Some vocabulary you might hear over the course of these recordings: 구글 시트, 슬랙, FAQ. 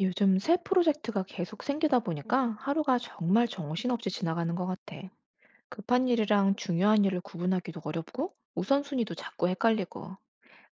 요즘 새 프로젝트가 계속 생기다 보니까 하루가 정말 정신없이 지나가는 것 같아. 급한 일이랑 중요한 일을 구분하기도 어렵고 우선순위도 자꾸 헷갈리고.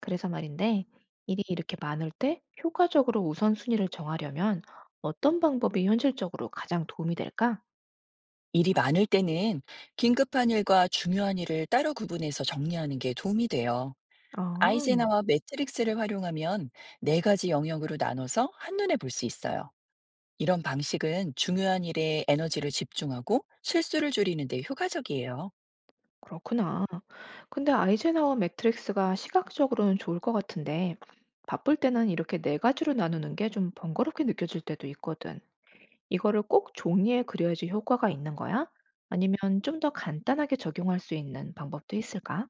그래서 말인데, 일이 이렇게 많을 때 효과적으로 우선순위를 정하려면 어떤 방법이 현실적으로 가장 도움이 될까? 일이 많을 때는 긴급한 일과 중요한 일을 따로 구분해서 정리하는 게 도움이 돼요. 아, 아이젠하와 매트릭스를 활용하면 네 가지 영역으로 나눠서 한눈에 볼 수 있어요. 이런 방식은 중요한 일에 에너지를 집중하고 실수를 줄이는 데 효과적이에요. 그렇구나. 근데 아이젠하워 매트릭스가 시각적으로는 좋을 것 같은데, 바쁠 때는 이렇게 네 가지로 나누는 게 좀 번거롭게 느껴질 때도 있거든. 이거를 꼭 종이에 그려야지 효과가 있는 거야? 아니면 좀 더 간단하게 적용할 수 있는 방법도 있을까?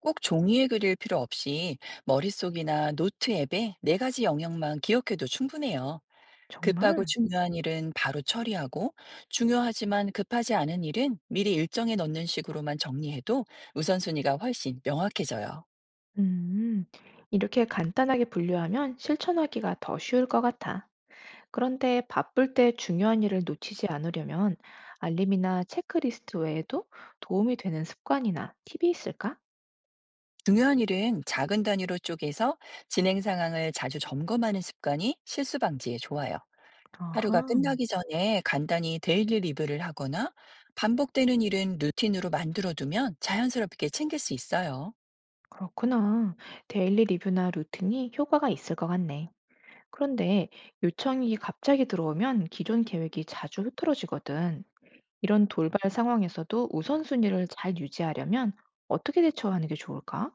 꼭 종이에 그릴 필요 없이 머릿속이나 노트 앱에 네 가지 영역만 기억해도 충분해요. 급하고 정말? 중요한 일은 바로 처리하고, 중요하지만 급하지 않은 일은 미리 일정에 넣는 식으로만 정리해도 우선순위가 훨씬 명확해져요. 음, 이렇게 간단하게 분류하면 실천하기가 더 쉬울 것 같아. 그런데 바쁠 때 중요한 일을 놓치지 않으려면 알림이나 체크리스트 외에도 도움이 되는 습관이나 팁이 있을까? 중요한 일은 작은 단위로 쪼개서 진행 상황을 자주 점검하는 습관이 실수 방지에 좋아요. 하루가 아하, 끝나기 전에 간단히 데일리 리뷰를 하거나 반복되는 일은 루틴으로 만들어두면 자연스럽게 챙길 수 있어요. 그렇구나. 데일리 리뷰나 루틴이 효과가 있을 것 같네. 그런데 요청이 갑자기 들어오면 기존 계획이 자주 흐트러지거든. 이런 돌발 상황에서도 우선순위를 잘 유지하려면 어떻게 대처하는 게 좋을까?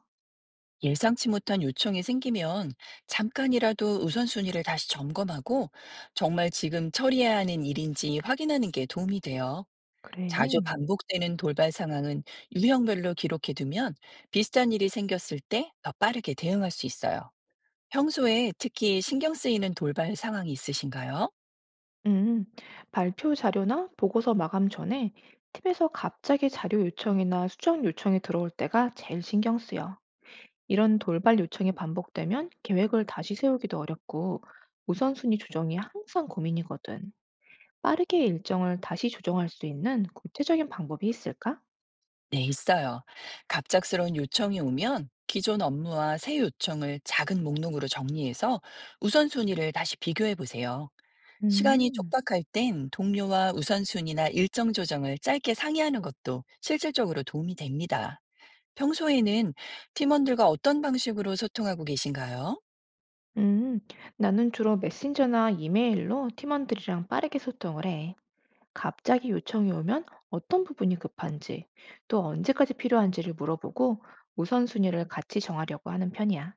예상치 못한 요청이 생기면 잠깐이라도 우선순위를 다시 점검하고 정말 지금 처리해야 하는 일인지 확인하는 게 도움이 돼요. 자주 그래. 반복되는 돌발 상황은 유형별로 기록해 두면 비슷한 일이 생겼을 때 더 빠르게 대응할 수 있어요. 평소에 특히 신경 쓰이는 돌발 상황이 있으신가요? 음, 발표 자료나 보고서 마감 전에 팀에서 갑자기 자료 요청이나 수정 요청이 들어올 때가 제일 신경 쓰여. 이런 돌발 요청이 반복되면 계획을 다시 세우기도 어렵고 우선순위 조정이 항상 고민이거든. 빠르게 일정을 다시 조정할 수 있는 구체적인 방법이 있을까? 네, 있어요. 갑작스러운 요청이 오면 기존 업무와 새 요청을 작은 목록으로 정리해서 우선순위를 다시 비교해 보세요. 시간이 음, 촉박할 땐 동료와 우선순위나 일정 조정을 짧게 상의하는 것도 실질적으로 도움이 됩니다. 평소에는 팀원들과 어떤 방식으로 소통하고 계신가요? 음. 나는 주로 메신저나 이메일로 팀원들이랑 빠르게 소통을 해. 갑자기 요청이 오면 어떤 부분이 급한지, 또 언제까지 필요한지를 물어보고 우선순위를 같이 정하려고 하는 편이야.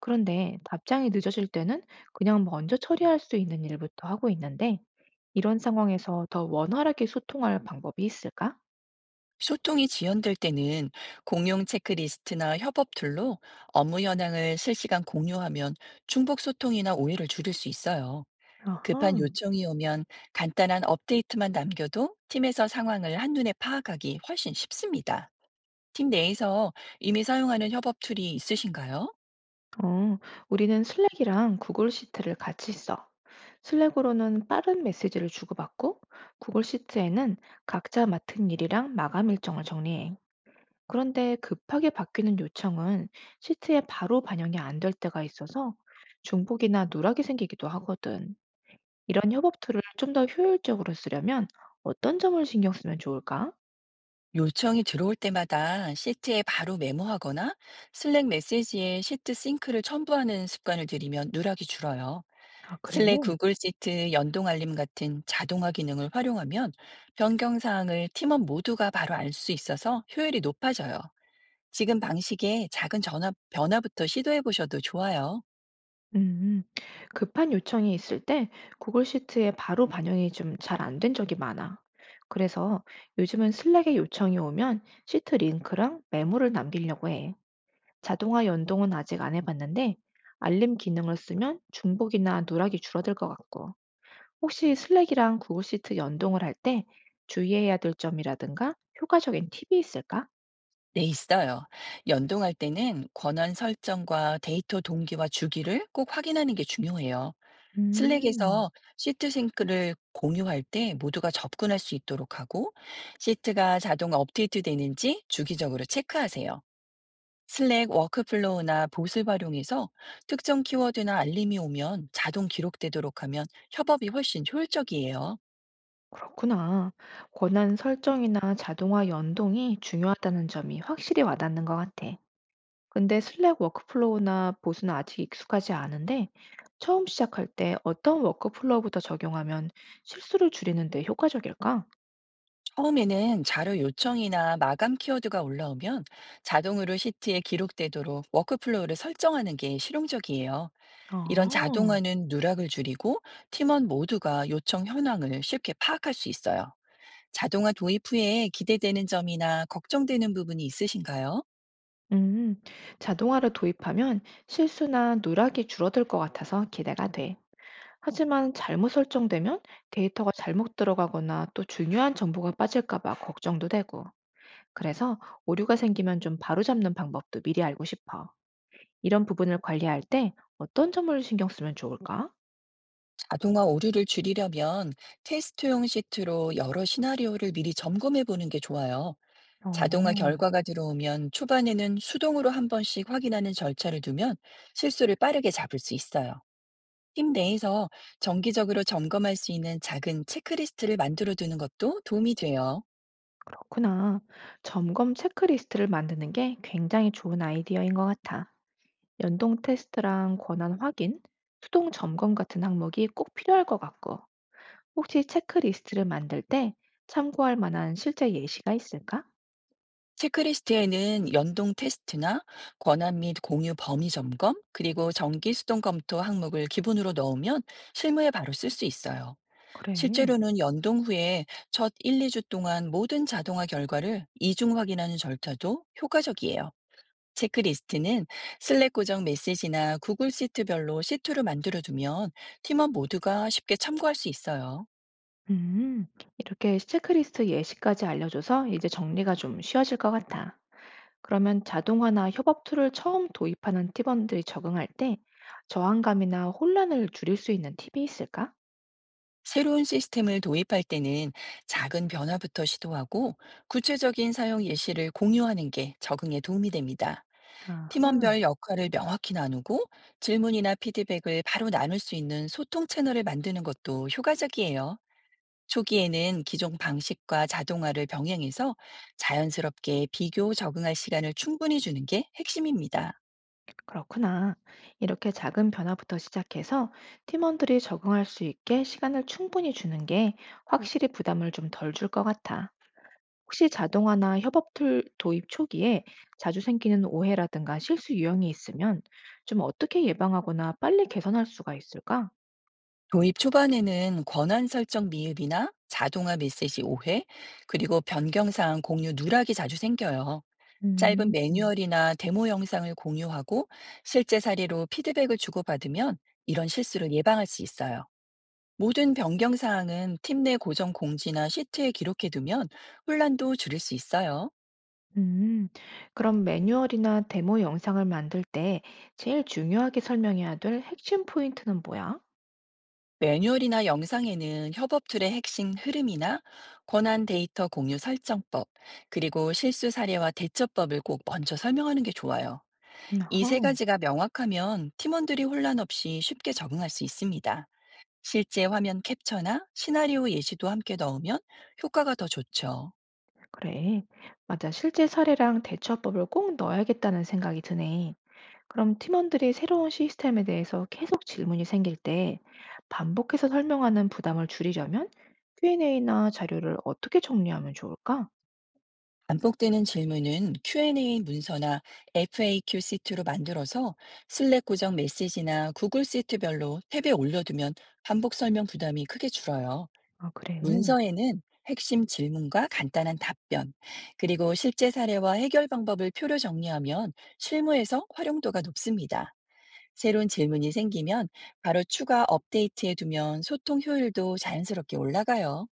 그런데 답장이 늦어질 때는 그냥 먼저 처리할 수 있는 일부터 하고 있는데, 이런 상황에서 더 원활하게 소통할 방법이 있을까? 소통이 지연될 때는 공용 체크리스트나 협업 툴로 업무 현황을 실시간 공유하면 중복 소통이나 오해를 줄일 수 있어요. 급한 아하. 요청이 오면 간단한 업데이트만 남겨도 팀에서 상황을 한눈에 파악하기 훨씬 쉽습니다. 팀 내에서 이미 사용하는 협업 툴이 있으신가요? 어, 우리는 슬랙이랑 구글 시트를 같이 써. 슬랙으로는 빠른 메시지를 주고받고, 구글 시트에는 각자 맡은 일이랑 마감 일정을 정리해. 그런데 급하게 바뀌는 요청은 시트에 바로 반영이 안 될 때가 있어서 중복이나 누락이 생기기도 하거든. 이런 협업 툴을 좀 더 효율적으로 쓰려면 어떤 점을 신경 쓰면 좋을까? 요청이 들어올 때마다 시트에 바로 메모하거나 슬랙 메시지에 시트 싱크를 첨부하는 습관을 들이면 누락이 줄어요. 아, 그래? 슬랙 구글 시트 연동 알림 같은 자동화 기능을 활용하면 변경 사항을 팀원 모두가 바로 알 수 있어서 효율이 높아져요. 지금 방식의 작은 전화, 변화부터 시도해 보셔도 좋아요. 음, 급한 요청이 있을 때 구글 시트에 바로 반영이 좀 잘 안 된 적이 많아. 그래서 요즘은 슬랙에 요청이 오면 시트 링크랑 메모를 남기려고 해. 자동화 연동은 아직 안 해봤는데 알림 기능을 쓰면 중복이나 누락이 줄어들 것 같고. 혹시 슬랙이랑 구글 시트 연동을 할 때 주의해야 될 점이라든가 효과적인 팁이 있을까? 네, 있어요. 연동할 때는 권한 설정과 데이터 동기와 주기를 꼭 확인하는 게 중요해요. 음. 슬랙에서 시트 싱크를 공유할 때 모두가 접근할 수 있도록 하고, 시트가 자동 업데이트 되는지 주기적으로 체크하세요. 슬랙 워크플로우나 봇을 활용해서 특정 키워드나 알림이 오면 자동 기록되도록 하면 협업이 훨씬 효율적이에요. 그렇구나. 권한 설정이나 자동화 연동이 중요하다는 점이 확실히 와닿는 것 같아. 근데 슬랙 워크플로우나 보수는 아직 익숙하지 않은데 처음 시작할 때 어떤 워크플로우부터 적용하면 실수를 줄이는 데 효과적일까? 처음에는 자료 요청이나 마감 키워드가 올라오면 자동으로 시트에 기록되도록 워크플로우를 설정하는 게 실용적이에요. 이런 아, 자동화는 누락을 줄이고 팀원 모두가 요청 현황을 쉽게 파악할 수 있어요. 자동화 도입 후에 기대되는 점이나 걱정되는 부분이 있으신가요? 음, 자동화를 도입하면 실수나 누락이 줄어들 것 같아서 기대가 돼. 하지만 잘못 설정되면 데이터가 잘못 들어가거나 또 중요한 정보가 빠질까 봐 걱정도 되고. 그래서 오류가 생기면 좀 바로잡는 방법도 미리 알고 싶어. 이런 부분을 관리할 때 어떤 점을 신경 쓰면 좋을까? 자동화 오류를 줄이려면 테스트용 시트로 여러 시나리오를 미리 점검해 보는 게 좋아요. 어, 자동화 결과가 들어오면 초반에는 수동으로 한 번씩 확인하는 절차를 두면 실수를 빠르게 잡을 수 있어요. 팀 내에서 정기적으로 점검할 수 있는 작은 체크리스트를 만들어 두는 것도 도움이 돼요. 그렇구나. 점검 체크리스트를 만드는 게 굉장히 좋은 아이디어인 것 같아. 연동 테스트랑 권한 확인, 수동 점검 같은 항목이 꼭 필요할 것 같고, 혹시 체크리스트를 만들 때 참고할 만한 실제 예시가 있을까? 체크리스트에는 연동 테스트나 권한 및 공유 범위 점검, 그리고 정기 수동 검토 항목을 기본으로 넣으면 실무에 바로 쓸 수 있어요. 그래. 실제로는 연동 후에 첫 1, 2주 동안 모든 자동화 결과를 이중 확인하는 절차도 효과적이에요. 체크리스트는 슬랙 고정 메시지나 구글 시트별로 시트로 만들어두면 팀원 모두가 쉽게 참고할 수 있어요. 음, 이렇게 체크리스트 예시까지 알려줘서 이제 정리가 좀 쉬워질 것 같아. 그러면 자동화나 협업 툴을 처음 도입하는 팀원들이 적응할 때 저항감이나 혼란을 줄일 수 있는 팁이 있을까? 새로운 시스템을 도입할 때는 작은 변화부터 시도하고 구체적인 사용 예시를 공유하는 게 적응에 도움이 됩니다. 아하, 팀원별 역할을 명확히 나누고 질문이나 피드백을 바로 나눌 수 있는 소통 채널을 만드는 것도 효과적이에요. 초기에는 기존 방식과 자동화를 병행해서 자연스럽게 비교 적응할 시간을 충분히 주는 게 핵심입니다. 그렇구나. 이렇게 작은 변화부터 시작해서 팀원들이 적응할 수 있게 시간을 충분히 주는 게 확실히 부담을 좀 덜 줄 것 같아. 혹시 자동화나 협업 툴 도입 초기에 자주 생기는 오해라든가 실수 유형이 있으면 좀 어떻게 예방하거나 빨리 개선할 수가 있을까? 도입 초반에는 권한 설정 미흡이나 자동화 메시지 오해, 그리고 변경사항 공유 누락이 자주 생겨요. 짧은 음. 매뉴얼이나 데모 영상을 공유하고 실제 사례로 피드백을 주고받으면 이런 실수를 예방할 수 있어요. 모든 변경 사항은 팀 내 고정 공지나 시트에 기록해두면 혼란도 줄일 수 있어요. 음, 그럼 매뉴얼이나 데모 영상을 만들 때 제일 중요하게 설명해야 될 핵심 포인트는 뭐야? 매뉴얼이나 영상에는 협업 툴의 핵심 흐름이나 권한 데이터 공유 설정법, 그리고 실수 사례와 대처법을 꼭 먼저 설명하는 게 좋아요. 이 어허, 세 가지가 명확하면 팀원들이 혼란 없이 쉽게 적응할 수 있습니다. 실제 화면 캡처나 시나리오 예시도 함께 넣으면 효과가 더 좋죠. 그래. 맞아. 실제 사례랑 대처법을 꼭 넣어야겠다는 생각이 드네. 그럼 팀원들이 새로운 시스템에 대해서 계속 질문이 생길 때 반복해서 설명하는 부담을 줄이려면 Q&A나 자료를 어떻게 정리하면 좋을까? 반복되는 질문은 Q&A 문서나 FAQ 시트로 만들어서 슬랙 고정 메시지나 구글 시트별로 탭에 올려두면 반복 설명 부담이 크게 줄어요. 아, 그래. 문서에는 핵심 질문과 간단한 답변, 그리고 실제 사례와 해결 방법을 표로 정리하면 실무에서 활용도가 높습니다. 새로운 질문이 생기면 바로 추가 업데이트해 두면 소통 효율도 자연스럽게 올라가요.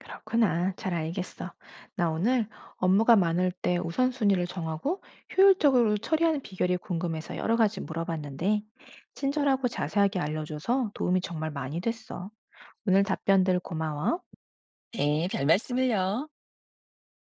그렇구나. 잘 알겠어. 나 오늘 업무가 많을 때 우선순위를 정하고 효율적으로 처리하는 비결이 궁금해서 여러 가지 물어봤는데, 친절하고 자세하게 알려줘서 도움이 정말 많이 됐어. 오늘 답변들 고마워. 네, 별 말씀을요.